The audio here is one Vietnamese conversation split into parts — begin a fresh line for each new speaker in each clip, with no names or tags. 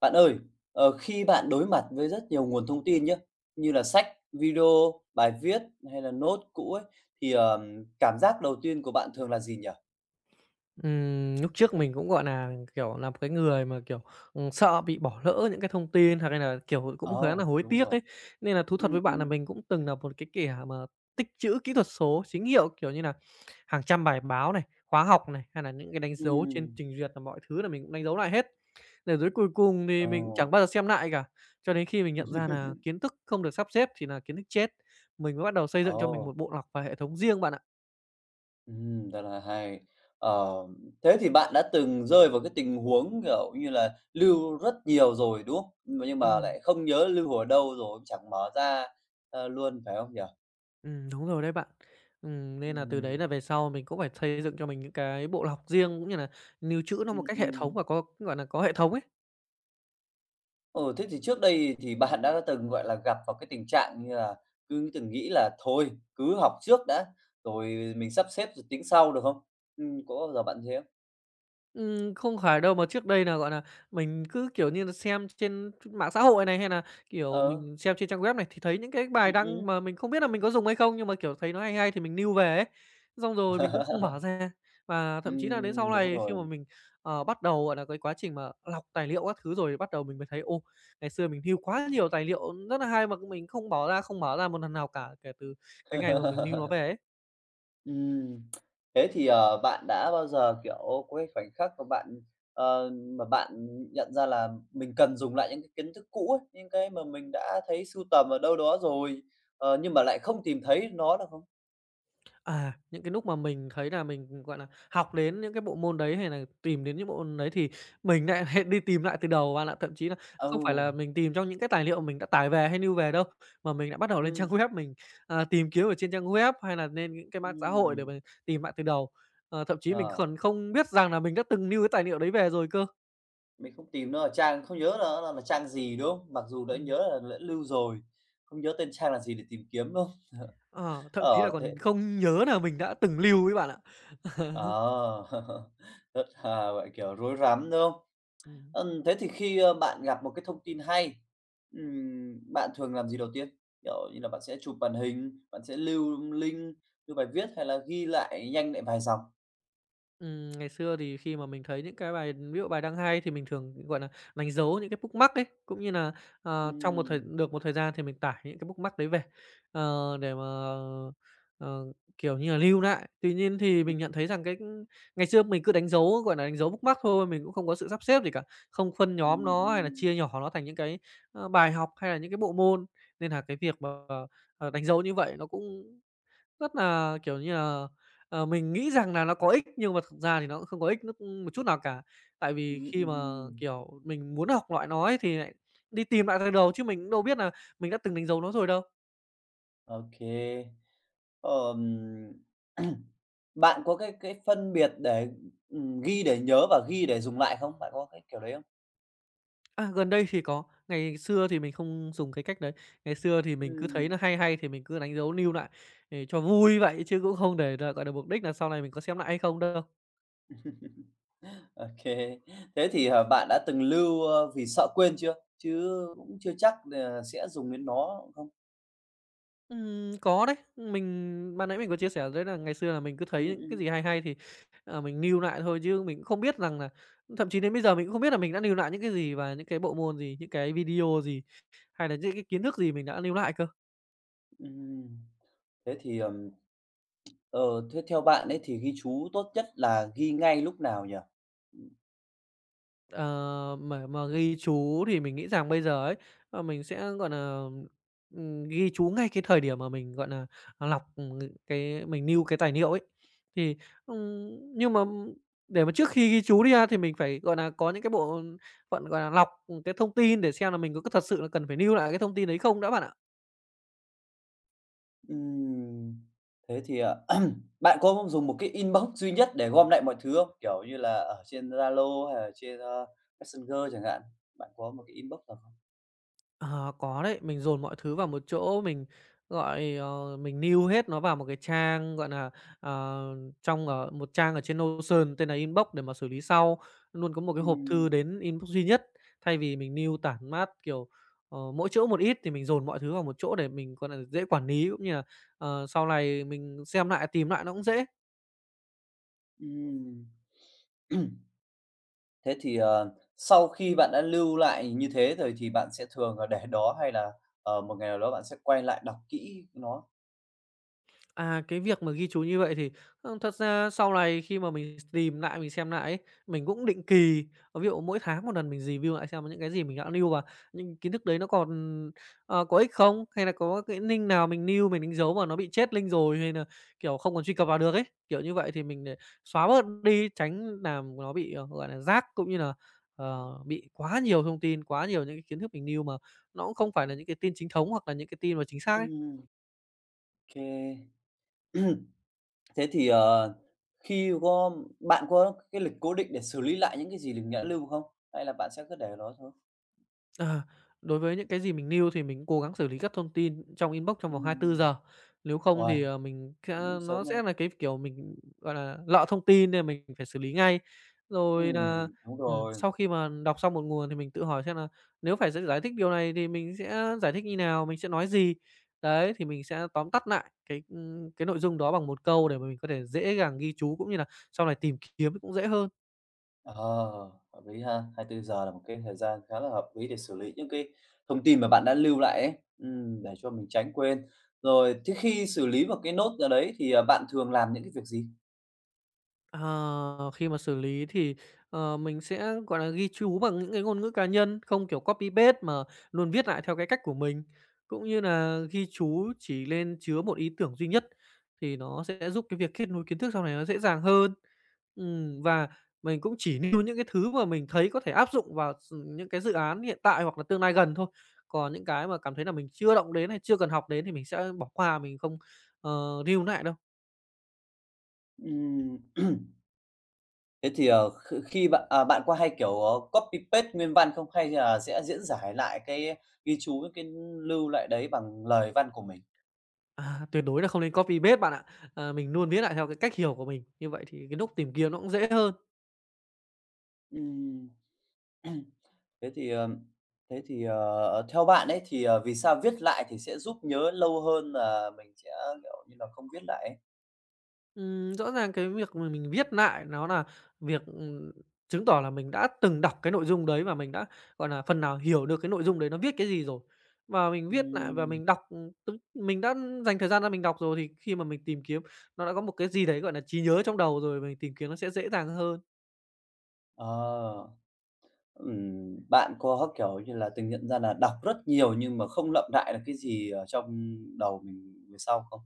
Bạn ơi, khi bạn đối mặt với rất nhiều nguồn thông tin nhé, như là sách, video, bài viết hay là nốt cũ ấy, thì, cảm giác đầu tiên của bạn thường là gì nhỉ?
Lúc trước mình cũng, gọi là kiểu, là một cái người mà, kiểu, sợ bị bỏ lỡ những cái thông tin hoặc là kiểu, cũng khá là
Ồ,
hối
đúng
tiếc
rồi.
ấy. Nên là thú thật
Ừm,
với bạn là
ừm,
mình cũng từng là một cái kẻ mà tích trữ kỹ thuật số chính hiệu, kiểu như là hàng trăm bài báo này, khóa học này, hay là những cái đánh dấu trên
ừm.
trình duyệt là mọi thứ là mình cũng đánh dấu lại hết. Rồi tới cuối cùng thì mình cũng
Ồ.
chẳng bao giờ xem lại cả, cho đến khi mình nhận ra là kiến thức không được sắp xếp thì là kiến thức chết, mình mới bắt đầu xây dựng cho mình
Ồ,
một bộ lọc và hệ thống riêng bạn ạ.
rất là hay. Ờ, thế thì bạn đã từng rơi vào cái tình huống, kiểu như là, lưu rất nhiều rồi, đúng không? Mà nhưng mà
Ừm.
lại không nhớ lưu ở đâu rồi, chẳng mở ra, ơ, luôn, phải không nhỉ?
Đúng rồi đấy bạn. Nên là từ đấy là
Ừm,
về sau mình cũng phải xây dựng cho mình những cái bộ lọc riêng, cũng như là lưu trữ nó một
ừm,
cách hệ thống
ừm.
và có, gọi là có hệ thống ấy.
Ừ, thế thì trước đây thì bạn đã từng, gọi là, gặp vào cái tình trạng như là cứ từng nghĩ là "Thôi, cứ học trước đã, rồi mình sắp xếp rồi tính sau" được không? Có bao giờ bạn thế không?
Không phải đâu, mà trước đây là gọi là mình cứ, kiểu như là xem trên mạng xã hội này, hay là kiểu,
Ờ,
mình xem trên trang web này, thì thấy những cái bài đăng
ừm.
mà mình không biết là mình có dùng hay không, nhưng mà, kiểu, thấy nó hay hay thì mình lưu về ấy. Xong rồi mình cũng không mở ra, và thậm chí là đến
Ừm,
sau
đúng
này khi mà
rồi.
mình, bắt đầu, gọi nà, cái quá trình mà lọc tài liệu các thứ rồi bắt đầu mình mới thấy, ô, ngày xưa mình lưu quá nhiều tài liệu rất là hay mà mình không bỏ ra, không mở ra một lần nào cả kể từ cái ngày mà mình lưu nó về ấy.
Ừm, thế thì, bạn đã bao giờ, kiểu, có cái khoảnh khắc mà bạn, ờ, mà bạn nhận ra là mình cần dùng lại những cái kiến thức cũ ấy, những cái mà mình đã thấy sưu tầm ở đâu đó rồi, nhưng mà lại không tìm thấy nó được không?
À, những cái lúc mà mình thấy là mình, gọi là, học đến những cái bộ môn đấy hay là tìm đến những bộ môn đấy thì mình nại hãy đi tìm lại từ đầu bạn ạ. Thậm chí là
Ồ.
không phải là mình tìm trong những cái tài liệu mình đã tải về hay lưu về đâu, mà mình đã bắt đầu lên
Ừ,
trang web mình, à, tìm kiếm ở trên trang web hay là lên những cái mạng xã hội để
Ừm,
mình tìm lại từ đầu. Ờ, thậm chí mình
ờ,
còn không biết rằng là mình đã từng lưu cái tài liệu đấy về rồi cơ.
mình không tìm nó ở trang không nhớ là trang gì, đúng không? Mặc dù đã nhớ
Ừm,
là đã lưu rồi, không nhớ tên trang là gì để tìm kiếm, đúng không?
ờ, thậm chí là
Ờ, thế
còn không nhớ là mình đã từng lưu ấy bạn ạ.
ờ, rất là, gọi, kiểu, rối rắm, đúng không?
Ừm.
Thế thì khi, bạn gặp một cái thông tin hay, bạn thường làm gì đầu tiên? Kiểu như là, bạn sẽ chụp màn hình, bạn sẽ lưu link, lưu bài viết hay là ghi lại nhanh lại vài dòng?
Ngày xưa thì khi mà mình thấy những cái bài ví dụ bài đang hay thì mình thường, gọi là đánh dấu những cái bookmark ấy, cũng như là trong một thời
Ừm,
được một thời gian thì mình tải những cái bookmark đấy về, để mà, ờ, kiểu như là, lưu lại. Tuy nhiên thì mình nhận thấy rằng cái ngày xưa mình cứ đánh dấu, gọi là đánh dấu bookmark thôi, mình cũng không có sự sắp xếp gì cả, không phân nhóm
ừm,
nó hay là
ừm,
chia nhỏ nó thành những cái, bài học hay là những cái bộ môn, nên là cái việc mà, đánh dấu như vậy nó cũng rất là kiểu như là, mình nghĩ rằng là nó có ích nhưng mà thực ra thì nó cũng không có ích nước một chút nào cả. Tại vì
ừm,
khi mà,
ừm,
kiểu, mình muốn học loại nó ấy thì lại đi tìm lại từ đầu chứ mình cũng đâu biết là mình đã từng đánh dấu nó rồi đâu.
ô Ờm, bạn có cái phân biệt để, ghi để nhớ và ghi để dùng lại không? Bạn có cái kiểu đấy không?
À, gần đây thì có, ngày xưa thì mình không dùng cái cách đấy. Ngày xưa thì mình cứ thấy
Ừm,
nó hay hay thì mình cứ đánh dấu lưu lại để cho vui vậy chứ cũng không để là, gọi là, mục đích là sau này mình có xem lại hay không đâu.
ô Thế thì, bạn đã từng lưu, ơ, vì sợ quên chưa? Chứ cũng chưa chắc là sẽ dùng đến nó không?
Có đấy. Mình ban nãy mình có chia sẻ đấy là ngày xưa là mình cứ thấy
Ừm,
những cái
ừm,
gì hay hay thì, mình lưu lại thôi chứ mình cũng không biết rằng là thậm chí đến bây giờ mình cũng không biết là mình đã lưu lại những cái gì và những cái bộ môn gì, những cái video gì, hay là những cái kiến thức gì mình đã lưu lại cơ.
ừm. Thế thì, ờ, thế theo bạn ấy thì ghi chú tốt nhất là ghi ngay lúc nào nhỉ?
Ờ, mà ghi chú thì mình nghĩ rằng bây giờ ấy, mình sẽ, gọi là ghi chú ngay cái thời điểm mà mình, gọi nà, à, lọc, cái mình lưu cái tài liệu ấy. Thì, ừm, nhưng mà để mà trước khi ghi chú đi ha, thì mình phải, gọi nà, có những cái bộ phận, gọi là, lọc, cái thông tin để xem là mình có thật sự là cần phải lưu lại cái thông tin đấy không đã bạn ạ.
Ừm, thế thì, à, bạn có dùng một cái inbox duy nhất để gom lại mọi thứ không? Kiểu như là ở trên Zalo hay là trên, ơ, Messenger chẳng hạn, bạn có một cái inbox nào không?
Ờ, có đấy, mình dồn mọi thứ vào một chỗ, mình, gọi, mình lưu hết nó vào một cái trang, gọi là ờ, ở một trang ở trên Notion tên là Inbox để mà xử lý sau. Luôn có một cái hộp thư
Ừm,
đến inbox duy nhất, thay vì mình lưu tản mát, kiểu, mỗi chỗ một ít thì mình dồn mọi thứ vào một chỗ để mình, gọi nà, dễ quản lý, cũng như là, sau này mình xem lại, tìm lại nó cũng dễ.
ừm. Thế thì, sau khi bạn đã lưu lại như thế rồi thì bạn sẽ thường là để đó hay là, một ngày nào đó bạn sẽ quay lại đọc kỹ nó?
À, cái việc mà ghi chú như vậy thì, thật ra sau này khi mà mình tìm lại mình xem lại ấy, mình cũng định kỳ, ví dụ mỗi tháng một lần mình review lại xem những cái gì mình đã lưu và những kiến thức đấy nó còn, có ích không? Hay là có cái link nào mình lưu mình đánh dấu mà nó bị chết link rồi hay là kiểu, không còn truy cập vào được ấy. Kiểu như vậy thì mình để xóa bớt đi, tránh làm nó bị, gọi là, rác cũng như là, bị quá nhiều thông tin, quá nhiều những cái kiến thức mình lưu mà nó cũng không phải là những cái tin chính thống hoặc là những cái tin mà chính xác ấy.
Ừm, OK. Thế thì, ờ, khi có bạn có cái lịch cố định để xử lý lại những cái gì mình đã lưu không? Hay là bạn sẽ cứ để đó thôi?
À, đối với những cái gì mình lưu thì mình cố gắng xử lý các thông tin trong inbox trong vòng 24
Ừm,
giờ. Nếu không
uầy,
thì, mình sẽ
cũng
nó
sớm ha.
sẽ là cái, kiểu, mình, gọi là, lọ thông tin nên mình phải xử lý ngay. Rồi nà
Đúng rồi.
sau khi mà đọc xong một nguồn thì mình tự hỏi xem là nếu phải giải thích điều này thì mình sẽ giải thích như nào, mình sẽ nói gì? Đấy, thì mình sẽ tóm tắt lại cái nội dung đó bằng một câu để mà mình có thể dễ dàng ghi chú cũng như là sau này tìm kiếm cũng dễ hơn.
Ờ, hợp lý ha. 24 giờ là một cái thời gian khá là hợp lý để xử lý những cái thông tin mà bạn đã lưu lại ấy, để cho mình tránh quên. Rồi, thế khi xử lý một cái nốt nào đấy thì, bạn thường làm những cái việc gì?
Ờ, khi mà xử lý thì, mình sẽ, gọi là, ghi chú bằng những cái ngôn ngữ cá nhân, không kiểu copy paste mà luôn viết lại theo cái cách của mình, cũng như là ghi chú chỉ lên chứa một ý tưởng duy nhất thì nó sẽ giúp cái việc kết nối kiến thức sau này nó dễ dàng hơn. Và mình cũng chỉ nêu những cái thứ mà mình thấy có thể áp dụng vào những cái dự án hiện tại hoặc là tương lai gần thôi, còn những cái mà cảm thấy là mình chưa động đến hay chưa cần học đến thì mình sẽ bỏ qua, mình không, lưu lại đâu.
Ừm, thế thì, ờ, kh khi bạn à, bạn có hay, kiểu, copy paste nguyên văn không? Hay là sẽ diễn giải lại cái ghi chú cái lưu lại đấy bằng lời văn của mình?
À, tuyệt đối là không nên copy paste bạn ạ. Ờ, mình luôn viết lại theo cái cách hiểu của mình, như vậy thì cái núc tìm kiếm nó cũng dễ hơn.
Ừm. Thế thì, theo bạn ấy thì, vì sao viết lại thì sẽ giúp nhớ lâu hơn là mình sẽ, kiểu như là, không viết lại ấy?
Rõ ràng cái việc mà mình viết lại nó là việc, chứng tỏ là mình đã từng đọc cái nội dung đấy và mình đã, gọi là, phần nào hiểu được cái nội dung đấy nó viết cái gì rồi. Và mình viết lại và
Ừm.
mình đọc, t mình đã dành thời gian ra mình đọc rồi thì khi mà mình tìm kiếm, nó đã có một cái gì đấy, gọi là, trí nhớ trong đầu rồi, mình tìm kiếm nó sẽ dễ dàng hơn.
Ờ, bạn có, kiểu như là, từng nhận ra là đọc rất nhiều nhưng mà không lặp lại được cái gì ở trong đầu mình về sau không?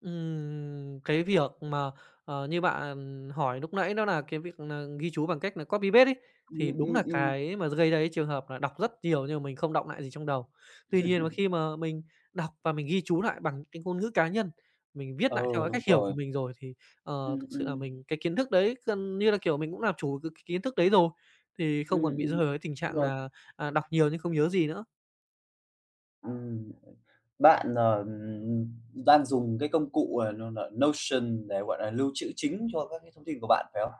Cái việc mà, như bạn hỏi lúc nãy đó là cái việc là ghi chú bằng cách là copy paste ấy,
Ừm,
thì đúng
ừm,
là
ừm.
cái mà gây ra cái trường hợp là đọc rất nhiều nhưng mà mình không đọng lại gì trong đầu. Tuy nhiên mà khi mà mình đọc và mình ghi chú lại bằng cái ngôn ngữ cá nhân, mình viết
Ừ,
lại theo
Ờ,
cái
đúng
cách hiểu
rồi.
của mình rồi thì,
Ừm,
thực sự là
ừm.
mình cái kiến thức đấy gần như là, kiểu, mình cũng làm chủ được cái kiến thức đấy rồi, thì không
Ừm,
còn bị
ừm.
rơi vào cái tình
Đúng
trạng
rồi.
là, à, đọc nhiều nhưng không nhớ gì nữa.
Ừm. Bạn, đang dùng cái công cụ, nó là Notion để, gọi là, lưu trữ chính cho các cái thông tin của bạn, phải không?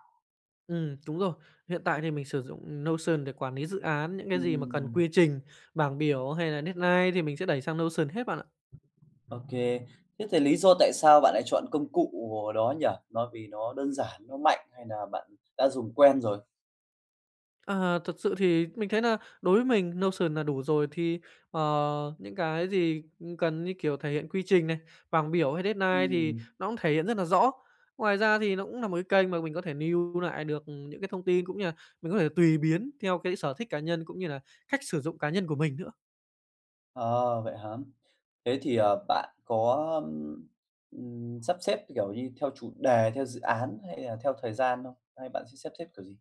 Ừ, đúng rồi. Hiện tại thì mình sử dụng Notion để quản lý dự án, những cái gì mà cần
Ừm,
quy trình, bảng biểu hay là deadline thì mình sẽ đẩy sang Notion hết bạn ạ.
ô Thế thì lý do tại sao bạn lại chọn công cụ đó nhỉ? Nó vì nó đơn giản, nó mạnh hay là bạn đã dùng quen rồi?
Ờ, thật sự thì mình thấy là đối với mình Notion là đủ rồi thì, ờ, những cái gì, cần như kiểu thể hiện quy trình này, bảng biểu hay deadline
Ừm,
thì nó cũng thể hiện rất là rõ. Ngoài ra thì nó cũng là một cái kênh mà mình có thể lưu lại được, những cái thông tin cũng như là mình có thể tùy biến theo cái sở thích cá nhân cũng như là cách sử dụng cá nhân của mình nữa.
ờ, vậy hả? Thế thì, bạn có, ưm, sắp xếp, kiểu như, theo chủ đề, theo dự án hay là theo thời gian không? Hay bạn sẽ sắp xếp kiểu gì?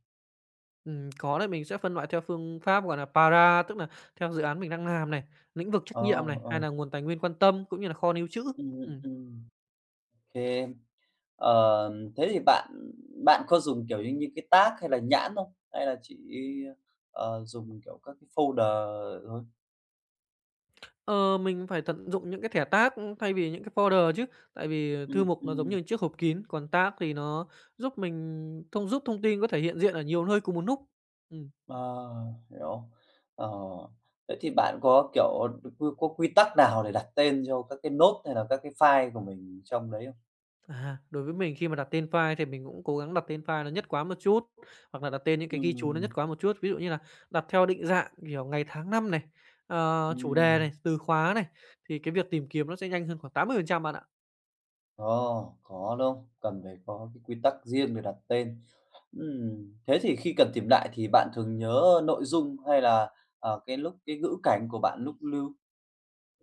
Có đấy, mình sẽ phân loại theo phương pháp, gọi là, Para, tức là theo dự án mình đang làm này, lĩnh vực trách
Ờ,
nhiệm này, hay
ờ,
là nguồn tài nguyên quan tâm cũng như là kho níu trữ.
ừm,
Ừm,
ừm, ô Ờ, thế thì bạn bạn có dùng, kiểu như như, cái tag hay là nhãn không? Hay là chỉ, dùng, kiểu, các cái folder thôi?
ờ, mình phải tận dụng những cái thẻ tag, thay vì những cái folder chứ, tại vì
Ừm,
thư mục nó giống
ừm,
như chiếc hộp kín, còn tag thì nó giúp thông tin có thể hiện diện ở nhiều nơi cùng một lúc. Ừm.
à, hiểu. Ờ, thế thì bạn có, kiểu, có quy tắc nào để đặt tên cho các cái note hay là các cái file của mình trong đấy không?
À, đối với mình khi mà đặt tên file thì mình cũng cố gắng đặt tên file nó nhất quán một chút, hoặc là đặt tên những cái ghi chú nó nhất
Ừm,
quán một chút. Ví dụ như là đặt theo định dạng, kiểu, ngày tháng năm này, chủ đề
ừm.
này, từ khóa này, thì cái việc tìm kiếm nó sẽ nhanh hơn khoảng 80% bạn ạ.
Ồ, có, đúng không? Cần phải có cái quy tắc riêng để đặt tên. Thế thì khi cần tìm lại thì bạn thường nhớ nội dung hay là, cái lúc cái ngữ cảnh của bạn lúc lưu?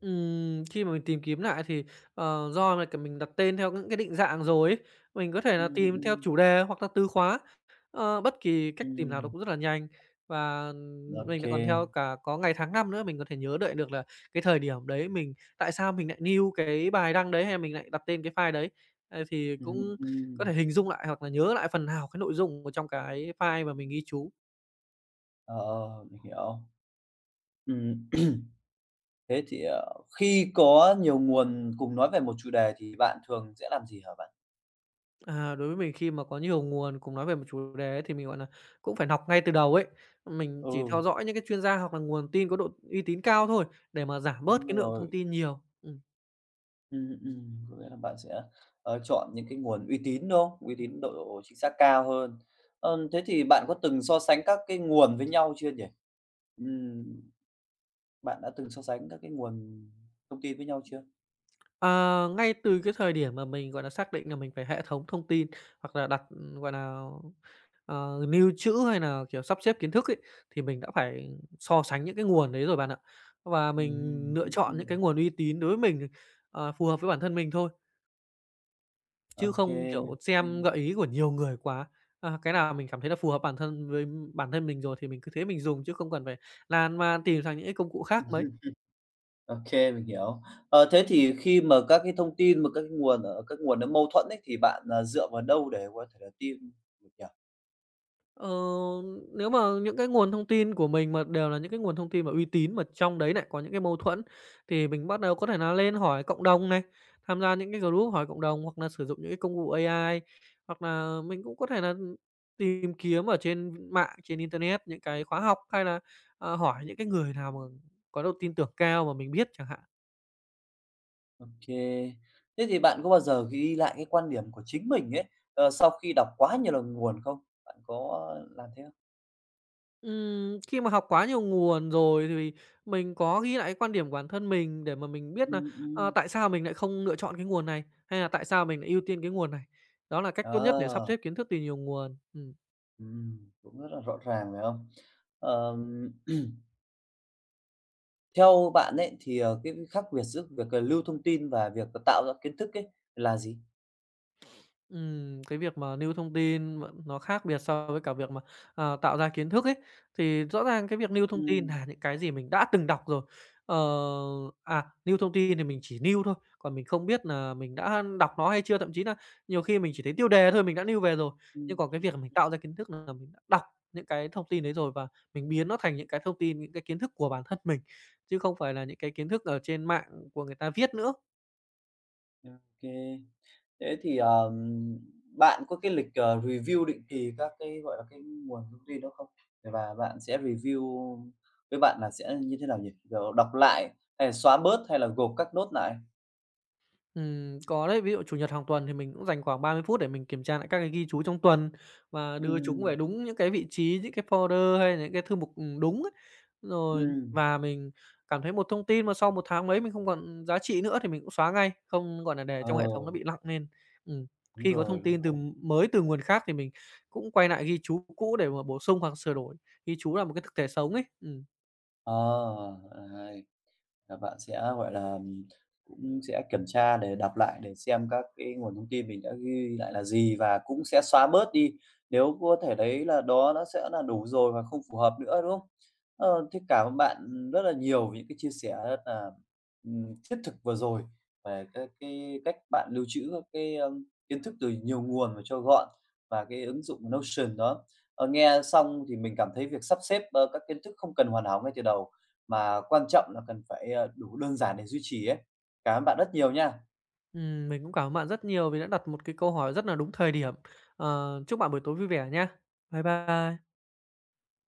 Khi mà mình tìm kiếm lại thì, do là, kiểu, mình đặt tên theo những cái định dạng rồi ấy, mình có thể là
Ừm,
tìm theo
ừm,
chủ đề hoặc là từ khóa, bất kỳ cách tìm nào nó
ừm,
cũng rất là nhanh. Và, mình lại còn theo
ô
cả có ngày tháng năm nữa, mình có thể nhớ đợi được là cái thời điểm đấy mình tại sao mình lại new cái bài đăng đấy hay mình lại đặt tên cái file đấy. Ờ, thì
Ừm,
cũng có
ừm,
thể hình dung lại hoặc là nhớ lại phần nào cái nội dung ở trong cái file mà mình ghi chú.
ờ, mình hiểu. Ừm. Thế thì, khi có nhiều nguồn cùng nói về một chủ đề thì bạn thường sẽ làm gì hả bạn?
À, đối với mình khi mà có nhiều nguồn cùng nói về một chủ đề ấy thì mình, gọi là, cũng phải học ngay từ đầu ấy. Mình
Ừ,
chỉ theo dõi những cái chuyên gia hoặc là nguồn tin có độ uy tín cao thôi, để mà giảm bớt
đúng
cái lượng
rồi.
thông tin nhiều. Ừm.
Có nghĩa là bạn sẽ, chọn những cái nguồn uy tín, đúng không? Uy tín độ chính xác cao hơn. Thế thì bạn có từng so sánh các cái nguồn với nhau chưa nhỉ? Ừm, bạn đã từng so sánh các cái nguồn thông tin với nhau chưa?
Ờ, ngay từ cái thời điểm mà mình, gọi là, xác định là mình phải hệ thống thông tin hoặc là đặt, gọi là, lưu trữ hay là kiểu, sắp xếp kiến thức ấy, thì mình đã phải so sánh những cái nguồn đấy rồi bạn ạ. Và mình
Ừm,
lựa
ừm,
chọn những
ừm,
cái nguồn uy tín đối với mình, phù hợp với bản thân mình thôi.
ô
Chứ
kê,
không, kiểu, xem gợi ý của nhiều người quá. À, cái nào mình cảm thấy là phù hợp bản thân với bản thân mình rồi thì mình cứ thế mình dùng chứ không cần phải lan man tìm sang những cái công cụ khác mấy.
OK mình hiểu. Ờ, thế thì khi mà các cái thông tin mà các cái nguồn ở các nguồn nó mâu thuẫn ấy, thì bạn, à, dựa vào đâu để có thể là tin được nhỉ?
Ờ, nếu mà những cái nguồn thông tin của mình mà đều là những cái nguồn thông tin mà uy tín mà trong đấy lại có những cái mâu thuẫn, thì mình bắt đầu có thể là lên hỏi cộng đồng này, tham gia những cái group hỏi cộng đồng hoặc là sử dụng những cái công cụ AI, hoặc là mình cũng có thể là tìm kiếm ở trên mạng, trên internet những cái khóa học hay là, hỏi những cái người nào mà có độ tin tưởng cao mà mình biết chẳng hạn.
OK. Thế thì bạn có bao giờ ghi lại cái quan điểm của chính mình ấy, sau khi đọc quá nhiều lần nguồn không? Bạn có làm thế không?
Khi mà học quá nhiều nguồn rồi thì mình có ghi lại cái quan điểm của bản thân mình để mà mình biết là,
Ừm, ừm.
tại sao mình lại không lựa chọn cái nguồn này, hay là tại sao mình lại ưu tiên cái nguồn này. Đó là cách tốt nhất để sắp
Ờ,
xếp kiến thức từ nhiều nguồn. Ừm.
cũng rất là rõ ràng, phải không? Ờm, theo bạn ấy thì, cái khác biệt giữa việc, lưu thông tin và việc, tạo ra kiến thức ấy là gì?
Cái việc mà lưu thông tin mà nó khác biệt so với cả việc mà, à, tạo ra kiến thức ấy, thì rõ ràng cái việc lưu thông tin
Ừm,
là những cái gì mình đã từng đọc rồi. Ờ, à, lưu thông tin thì mình chỉ lưu thôi, còn mình không biết là mình đã đọc nó hay chưa, thậm chí là nhiều khi mình chỉ thấy tiêu đề thôi mình đã lưu về rồi. Nhưng
ừm.
còn cái việc mình tạo ra kiến thức là mình đã đọc những cái thông tin đấy rồi và mình biến nó thành những cái thông tin, những cái kiến thức của bản thân mình, chứ không phải là những cái kiến thức ở trên mạng của người ta viết nữa.
OK. Thế thì, bạn có cái lịch, review định kỳ các cái, gọi là, cái nguồn thông tin đó không? Và bạn sẽ review với bạn là sẽ như thế nào nhỉ? Kiểu, đọc lại hay là xóa bớt hay là gộp các nốt lại?
Có đấy, ví dụ Chủ nhật hàng tuần thì mình cũng dành khoảng 30 phút để mình kiểm tra lại các cái ghi chú trong tuần và
Ừ,
đưa chúng về đúng những cái vị trí, những cái folder hay là những cái thư mục, đúng ấy. Rồi
ừm.
và mình cảm thấy một thông tin mà sau một tháng mấy mình không còn giá trị nữa thì mình cũng xóa ngay, không, gọi là, để
Ờ,
trong hệ thống nó bị lặng lên. Ừm,
đúng
khi có
rồi,
thông
đúng
tin từ
rồi.
mới từ nguồn khác thì mình cũng quay lại ghi chú cũ để mà bổ sung hoặc sửa đổi. Ghi chú là một cái thực thể sống ấy. Ừm.
Ờ, đấy. Là bạn sẽ, gọi là, cũng sẽ kiểm tra để đọc lại để xem các cái nguồn thông tin mình đã ghi lại là gì và cũng sẽ xóa bớt đi, nếu có thể đấy là đó nó sẽ là đủ rồi và không phù hợp nữa, đúng không? Ờ, thế cảm ơn bạn rất là nhiều vì những cái chia sẻ rất là, thiết thực vừa rồi về các cái cách bạn lưu trữ các cái, kiến thức từ nhiều nguồn và cho gọn và cái ứng dụng Notion đó. Ờ, nghe xong thì mình cảm thấy việc sắp xếp, các kiến thức không cần hoàn hảo ngay từ đầu mà quan trọng là cần phải, đủ đơn giản để duy trì ấy. Cảm ơn bạn rất nhiều nha.
Mình cũng cảm ơn bạn rất nhiều vì đã đặt một cái câu hỏi rất là đúng thời điểm. Ờ, chúc bạn buổi tối vui vẻ nha. Bye bye.